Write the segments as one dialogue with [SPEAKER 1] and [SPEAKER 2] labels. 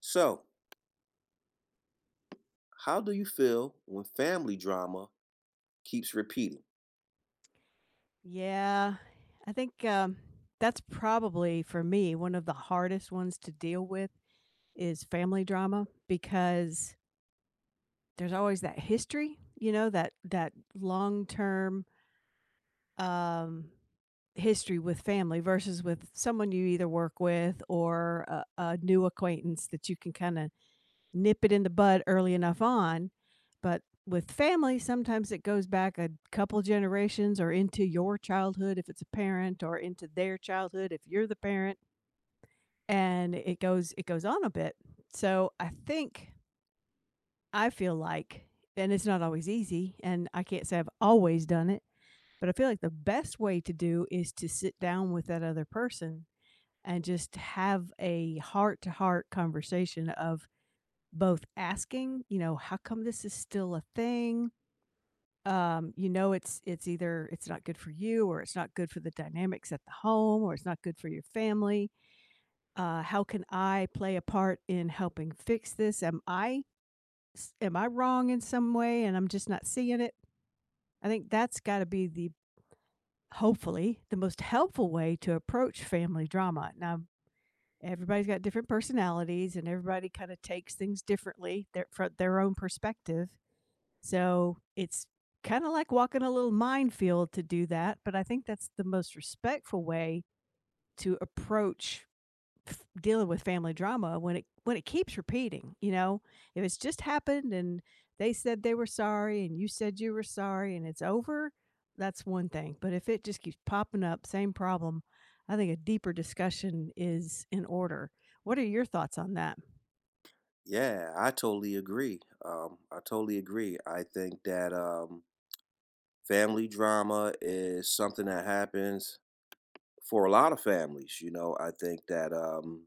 [SPEAKER 1] So, how do you feel when family drama keeps repeating?
[SPEAKER 2] Yeah, I think, that's probably for me one of the hardest ones to deal with is family drama because there's always that history, you know, that long-term, um, history with family versus with someone you either work with or a new acquaintance that you can kinda nip it in the bud early enough on. But with family, sometimes it goes back a couple generations or into your childhood if it's a parent or into their childhood if you're the parent and it goes on a bit. So I think I feel like, and it's not always easy and I can't say I've always done it, but I feel like the best way to do is to sit down with that other person and just have a heart to heart conversation of both asking, you know, how come this is still a thing? You know, it's either it's not good for you or it's not good for the dynamics at the home or it's not good for your family. How can I play a part in helping fix this? Am I wrong in some way and I'm just not seeing it? I think that's got to be the hopefully the most helpful way to approach family drama. Now, everybody's got different personalities and everybody kind of takes things differently their, from their own perspective. So it's kind of like walking a little minefield to do that, but I think that's the most respectful way to approach dealing with family drama when it keeps repeating, you know, if it's just happened and they said they were sorry and you said you were sorry and it's over, that's one thing, but if it just keeps popping up same problem, I think a deeper discussion is in order. What are your thoughts on that?
[SPEAKER 1] Yeah, I totally agree. I totally agree. I think that family drama is something that happens for a lot of families. You know, I think that um,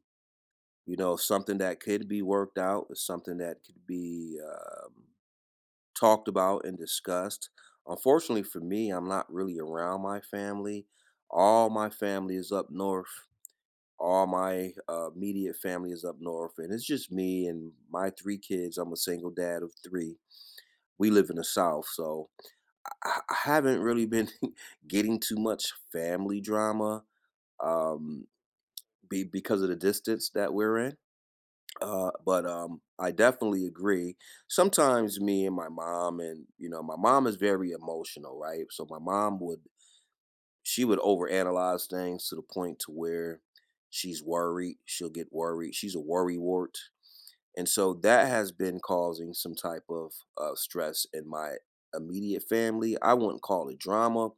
[SPEAKER 1] you know something that could be worked out is something that could be talked about and discussed. Unfortunately for me, I'm not really around my family. All my family is up north, all my immediate family is up north, and it's just me and my three kids. I'm a single dad of three. We live in the South, so I haven't really been getting too much family drama um, because of the distance that we're in. But I definitely agree. Sometimes me and my mom, and my mom is very emotional, right? So my mom would she would overanalyze things to the point to where she's worried. She'll get worried. She's a worrywart. And so that has been causing some type of stress in my immediate family. I wouldn't call it drama,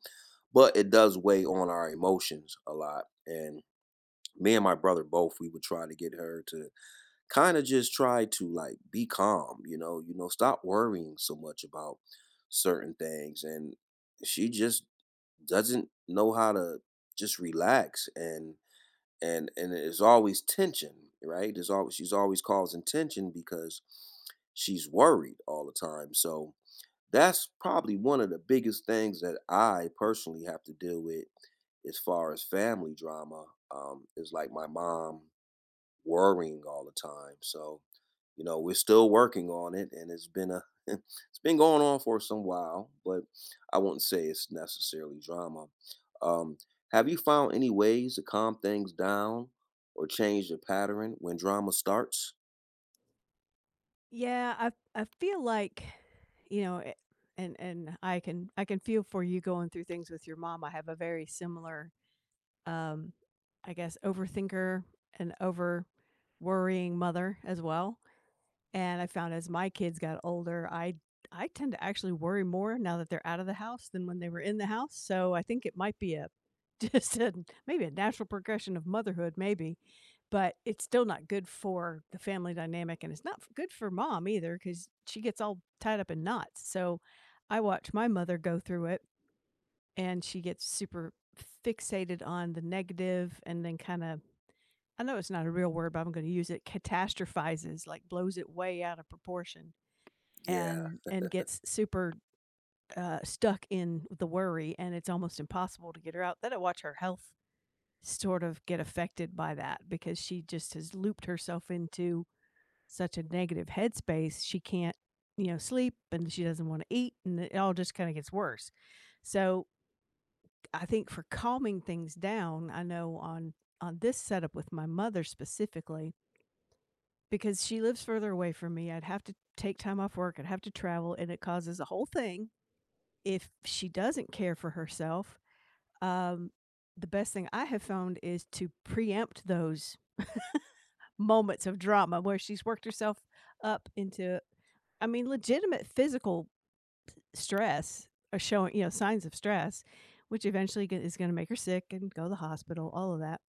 [SPEAKER 1] but it does weigh on our emotions a lot. And me and my brother both, we would try to get her to kind of just try to like be calm, stop worrying so much about certain things. And she just doesn't know how to just relax and there's always tension, right? There's always she's always causing tension because she's worried all the time. So that's probably one of the biggest things that I personally have to deal with as far as family drama is like my mom worrying all the time. So we're still working on it, and it's been a it's been going on for some while, but I wouldn't say it's necessarily drama. Um, have you found any ways to calm things down or change the pattern when drama starts?
[SPEAKER 2] Yeah, I feel like, you know, and I can feel for you going through things with your mom. I have a very similar, um, I guess, overthinker and over worrying mother as well. And I found as my kids got older, I tend to actually worry more now that they're out of the house than when they were in the house. So I think it might be a just a, maybe a natural progression of motherhood, maybe, but it's still not good for the family dynamic, and it's not good for mom either because she gets all tied up in knots. So I watch my mother go through it, and she gets super fixated on the negative, and then kind of, I know it's not a real word, but I'm going to use it, catastrophizes, like blows it way out of proportion
[SPEAKER 1] Yeah,
[SPEAKER 2] and gets super, stuck in the worry, and it's almost impossible to get her out. Then I watch her health sort of get affected by that because she just has looped herself into such a negative headspace. She can't, you know, sleep and she doesn't wanna eat, and it all just kinda gets worse. So, I think for calming things down, I know on this setup with my mother specifically, because she lives further away from me, I'd have to take time off work, I'd have to travel, and it causes a whole thing. If she doesn't care for herself, um, the best thing I have found is to preempt those moments of drama where she's worked herself up into, I mean, legitimate physical stress or showing, you know, signs of stress, which eventually is going to make her sick and go to the hospital, all of that,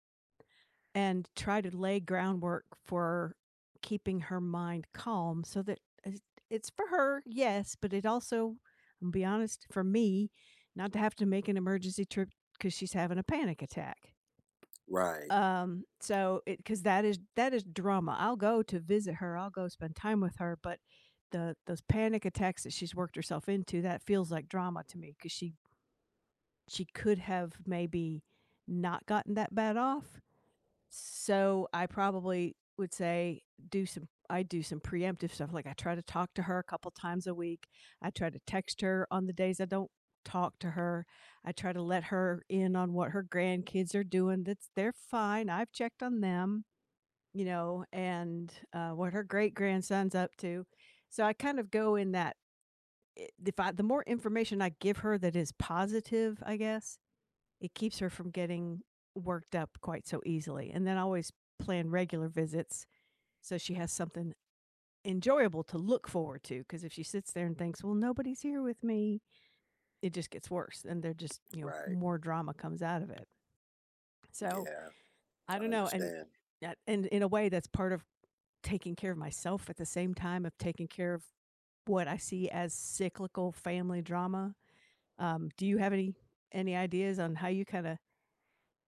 [SPEAKER 2] and try to lay groundwork for keeping her mind calm so that it's for her, yes, but it also, I'll be honest, for me, not to have to make an emergency trip because she's having a panic attack.
[SPEAKER 1] right,
[SPEAKER 2] So it, because that is drama. I'll go to visit her, I'll go spend time with her, but the those panic attacks that she's worked herself into, that feels like drama to me because she could have maybe not gotten that bad off. So, I probably would say do some, I do some preemptive stuff, like, I try to talk to her a couple times a week, I try to text her on the days I don't talk to her, I try to let her in on what her grandkids are doing, that's they're fine, I've checked on them, you know, and, what her great-grandson's up to. So, I kind of go in that, I if I the more information I give her that is positive, I guess, it keeps her from getting worked up quite so easily. And then I always plan regular visits so she has something enjoyable to look forward to. Because if she sits there and thinks, well, nobody's here with me, it just gets worse. And they're just, you know,
[SPEAKER 1] right,
[SPEAKER 2] more drama comes out of it. So
[SPEAKER 1] yeah.
[SPEAKER 2] I
[SPEAKER 1] I
[SPEAKER 2] don't know.
[SPEAKER 1] understand.
[SPEAKER 2] And in a way, that's part of taking care of myself at the same time of taking care of what I see as cyclical family drama. Do you have any ideas on how you kind of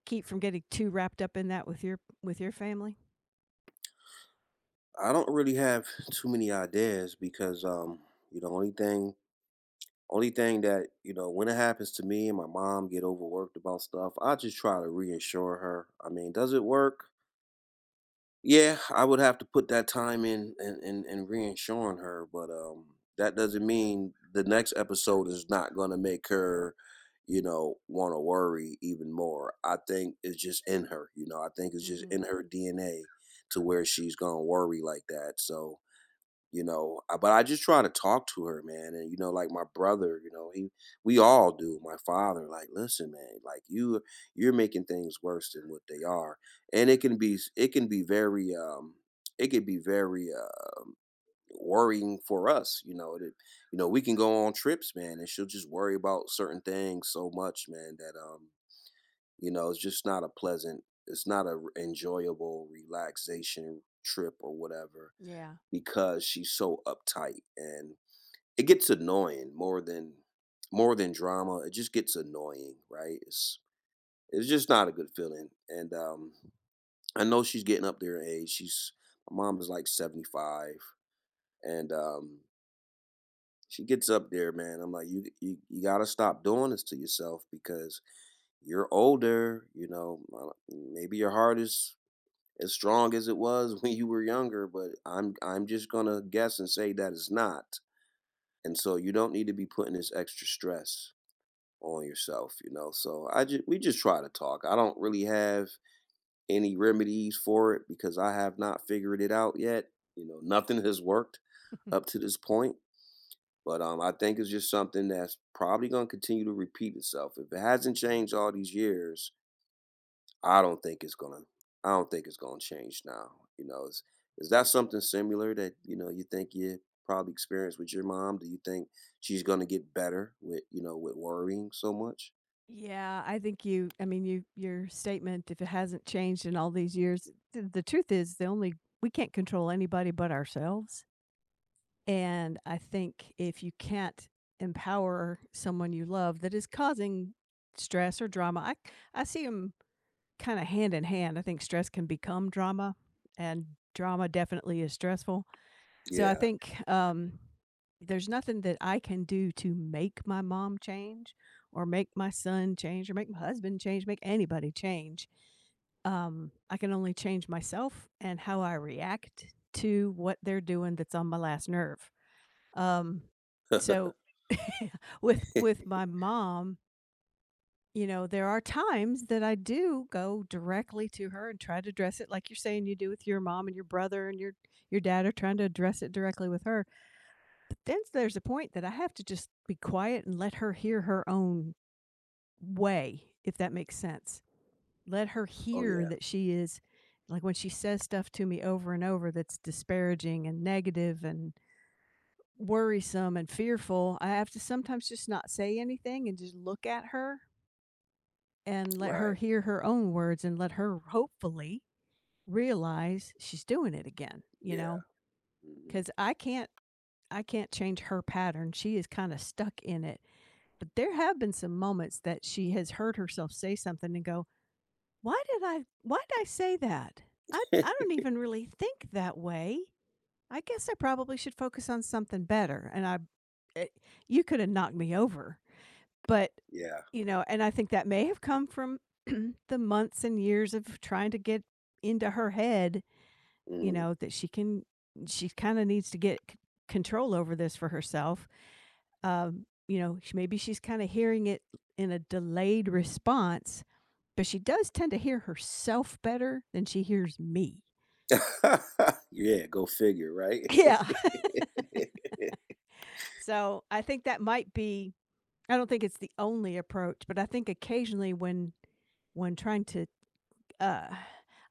[SPEAKER 2] keep from getting too wrapped up in that with your family?
[SPEAKER 1] I don't really have too many ideas because you know, only thing only thing that, when it happens to me and my mom get overworked about stuff, I just try to reassure her. I mean, does it work? Yeah, I would have to put that time in and reinsuring her, but that doesn't mean the next episode is not going to make her, want to worry even more. I think it's just in her. I think it's just
[SPEAKER 2] Mhm.
[SPEAKER 1] in her DNA to where she's going to worry like that. So but I just try to talk to her, man. And like my brother, he — we all do. My father, like, listen, man, like, you're making things worse than what they are. And it can be it can be very it could be very worrying for us. You know that, we can go on trips, man, and she'll just worry about certain things so much, man, that it's just not a pleasant it's not a enjoyable relaxation trip or whatever,
[SPEAKER 2] Yeah.
[SPEAKER 1] because she's so uptight. And it gets annoying, more than drama. It just gets annoying, right? It's just not a good feeling. And I know she's getting up there in age. She's My mom is like 75. And she gets up there, man. I'm like, you, you got to stop doing this to yourself, because you're older, you know, maybe your heart is as strong as it was when you were younger, but I'm I'm just going to guess and say that it's not. And so you don't need to be putting this extra stress on yourself, you know. So I just we just try to talk. I don't really have any remedies for it because I have not figured it out yet. You know, nothing has worked up to this point. But I think it's just something that's probably gonna continue to repeat itself. If it hasn't changed all these years, I don't think it's gonna. I don't think it's gonna change now. You know, is that something similar that you think you probably experienced with your mom? Do you think she's gonna get better with with worrying so much?
[SPEAKER 2] Yeah, I think you, I mean, you, your statement, if it hasn't changed in all these years, th the truth is the only, we can't control anybody but ourselves. And I think if you can't empower someone you love that is causing stress or drama, I see them kinda hand in hand. I think stress can become drama, and drama definitely is stressful. So I
[SPEAKER 1] Yeah.
[SPEAKER 2] think, there's nothing that I can do to make my mom change or make my son change or make my husband change, make anybody change. I can only change myself and how I react to what they're doing that's on my last nerve. Um, so
[SPEAKER 1] Oh,
[SPEAKER 2] with my mom, you know, there are times that I do go directly to her and try to address it like you're saying you do with your mom and your brother and your dad are trying to address it directly with her. But then there's a point that I have to just be quiet and let her hear her own way, if that makes sense. Let her hear
[SPEAKER 1] yeah.
[SPEAKER 2] that she is, like when she says stuff to me over and over that's disparaging and negative and worrisome and fearful, I have to sometimes just not say anything and just look at her and let her
[SPEAKER 1] Right.
[SPEAKER 2] hear her own words and let her hopefully realize she's doing it again, you
[SPEAKER 1] Yeah.
[SPEAKER 2] know?
[SPEAKER 1] Hmm.
[SPEAKER 2] Cuz I can't, I can't change her pattern. She is kind of stuck in it. But there have been some moments that she has heard herself say something and go, why did I say that? I don't even really think that way. I guess I probably should focus on something better." And I, it, you could have knocked me over. But,
[SPEAKER 1] Yeah.
[SPEAKER 2] you know, and I think that may have come from the months and years of trying to get into her head, you
[SPEAKER 1] Hmm.
[SPEAKER 2] know, that she can, she kinda needs to get c control over this for herself. You know, sh maybe she's kinda hearing it in a delayed response, but she does tend to hear herself better than she hears me.
[SPEAKER 1] Yeah. Go figure. Right.
[SPEAKER 2] Yeah. So, I think that might be, I don't think it's the only approach, but I think occasionally when trying to uh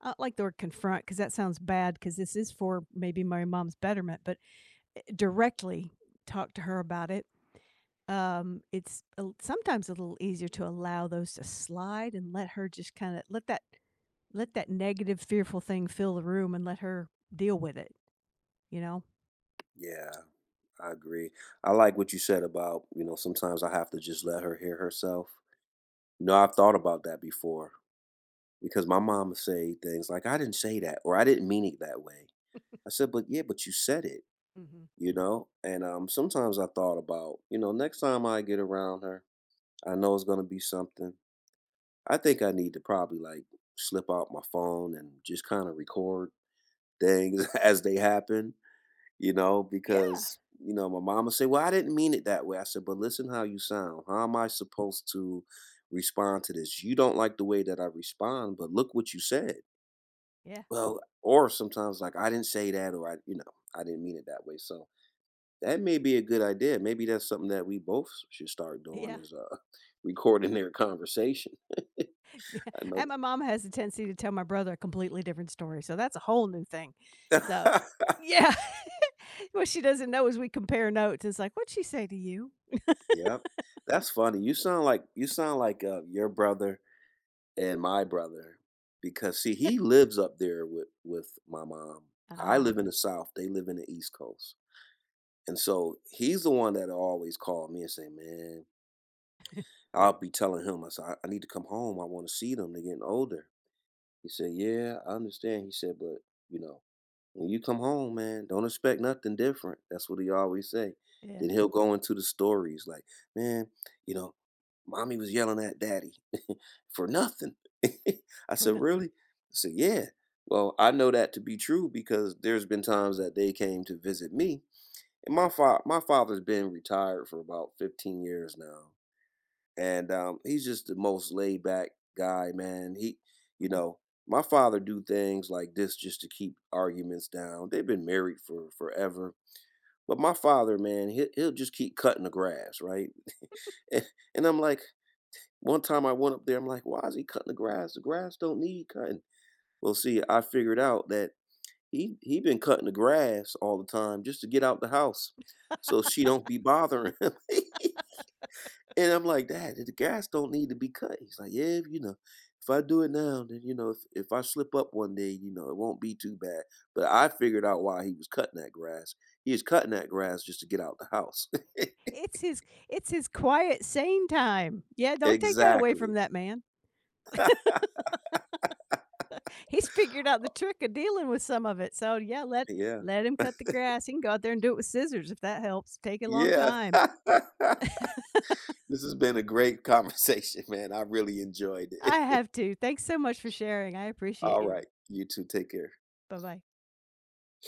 [SPEAKER 2] I don't like the word confront because that sounds bad because this is for maybe my mom's betterment, but directly talk to her about it. It's a sometimes a little easier to allow those to slide and let her just kind of let that negative, fearful thing fill the room and let her deal with it. You know?
[SPEAKER 1] Yeah. I agree. I like what you said about sometimes I have to just let her hear herself. No, I've thought about that before. Because my mom would say things like, "I didn't say that," or "I didn't mean it that way." I said, "But yeah, but you said it,"
[SPEAKER 2] Mhm.
[SPEAKER 1] you know? And sometimes I thought about, next time I get around her, I know it's going to be something. I think I need to probably like slip out my phone and just kind of record things as they happen, you know,
[SPEAKER 2] Yeah.
[SPEAKER 1] because, my mom would say, "Well, I didn't mean it that way." I said, "But listen how you sound. How am I supposed to respond to this? You don't like the way that I respond, but look what you said."
[SPEAKER 2] Yeah.
[SPEAKER 1] Well, or sometimes like I didn't say that or I didn't mean it that way. So that may be a good idea. Maybe that's something that we both should start doing
[SPEAKER 2] Yeah.
[SPEAKER 1] is recording their conversation.
[SPEAKER 2] Yeah.
[SPEAKER 1] I know
[SPEAKER 2] And my mom has a tendency to tell my brother a completely different story, so that's a whole new thing.
[SPEAKER 1] that.
[SPEAKER 2] So Yeah. What she doesn't know is we compare notes. It's like, "What'd she say to you?"
[SPEAKER 1] Yep. That's funny. You sound like your brother and my brother, because see he lives up there with my mom. I
[SPEAKER 2] "Ah,
[SPEAKER 1] live in the South, they live in the East Coast. And so he's the one that always called me and say, "Man," I'll be telling him, I said, I need to come home. I want to see them. They're getting older. He said, "Yeah, I understand." He said, "But, you know, when you come home, man, don't expect nothing different." That's what he always say.
[SPEAKER 2] yeah,
[SPEAKER 1] Then he'll go into the stories like, "Man, you know, mommy was yelling at daddy for nothing." I
[SPEAKER 2] for
[SPEAKER 1] said,
[SPEAKER 2] nothing."
[SPEAKER 1] "Really?" I said, "Yeah." Well, I know that to be true because there's been times that they came to visit me, and my father's been retired for about 15 years now and he's just the most laid back guy, man. You know, my father do things like this just to keep arguments down. They've been married for forever, but my father, man, he'll just keep cutting the grass, right? and, and I'm like, one time I went up there, I'm like, why is he cutting the grass? The grass don't need cutting. Well, see, I figured out that he been cutting the grass all the time just to get out the house, so she don't be bothering him. And I'm like, Dad, the grass don't need to be cut. He's like, yeah, you know, if I do it now, then you know, if I slip up one day, you know, it won't be too bad. But I figured out why he was cutting that grass. He was cutting that grass just to get out the house.
[SPEAKER 2] It's his, it's his quiet sane time. Yeah, don't take that away from
[SPEAKER 1] Exactly.
[SPEAKER 2] that man. He's figured out the trick of dealing with some of it. So, yeah, let
[SPEAKER 1] Yeah.
[SPEAKER 2] let him cut the grass. He can go out there and do it with scissors if that helps. Take a long
[SPEAKER 1] Yeah.
[SPEAKER 2] time.
[SPEAKER 1] This has been a great conversation, man. I really enjoyed
[SPEAKER 2] I
[SPEAKER 1] it.
[SPEAKER 2] have to. Thanks so much for sharing. I appreciate
[SPEAKER 1] All
[SPEAKER 2] you.
[SPEAKER 1] right. You two take care.
[SPEAKER 2] Bye-bye.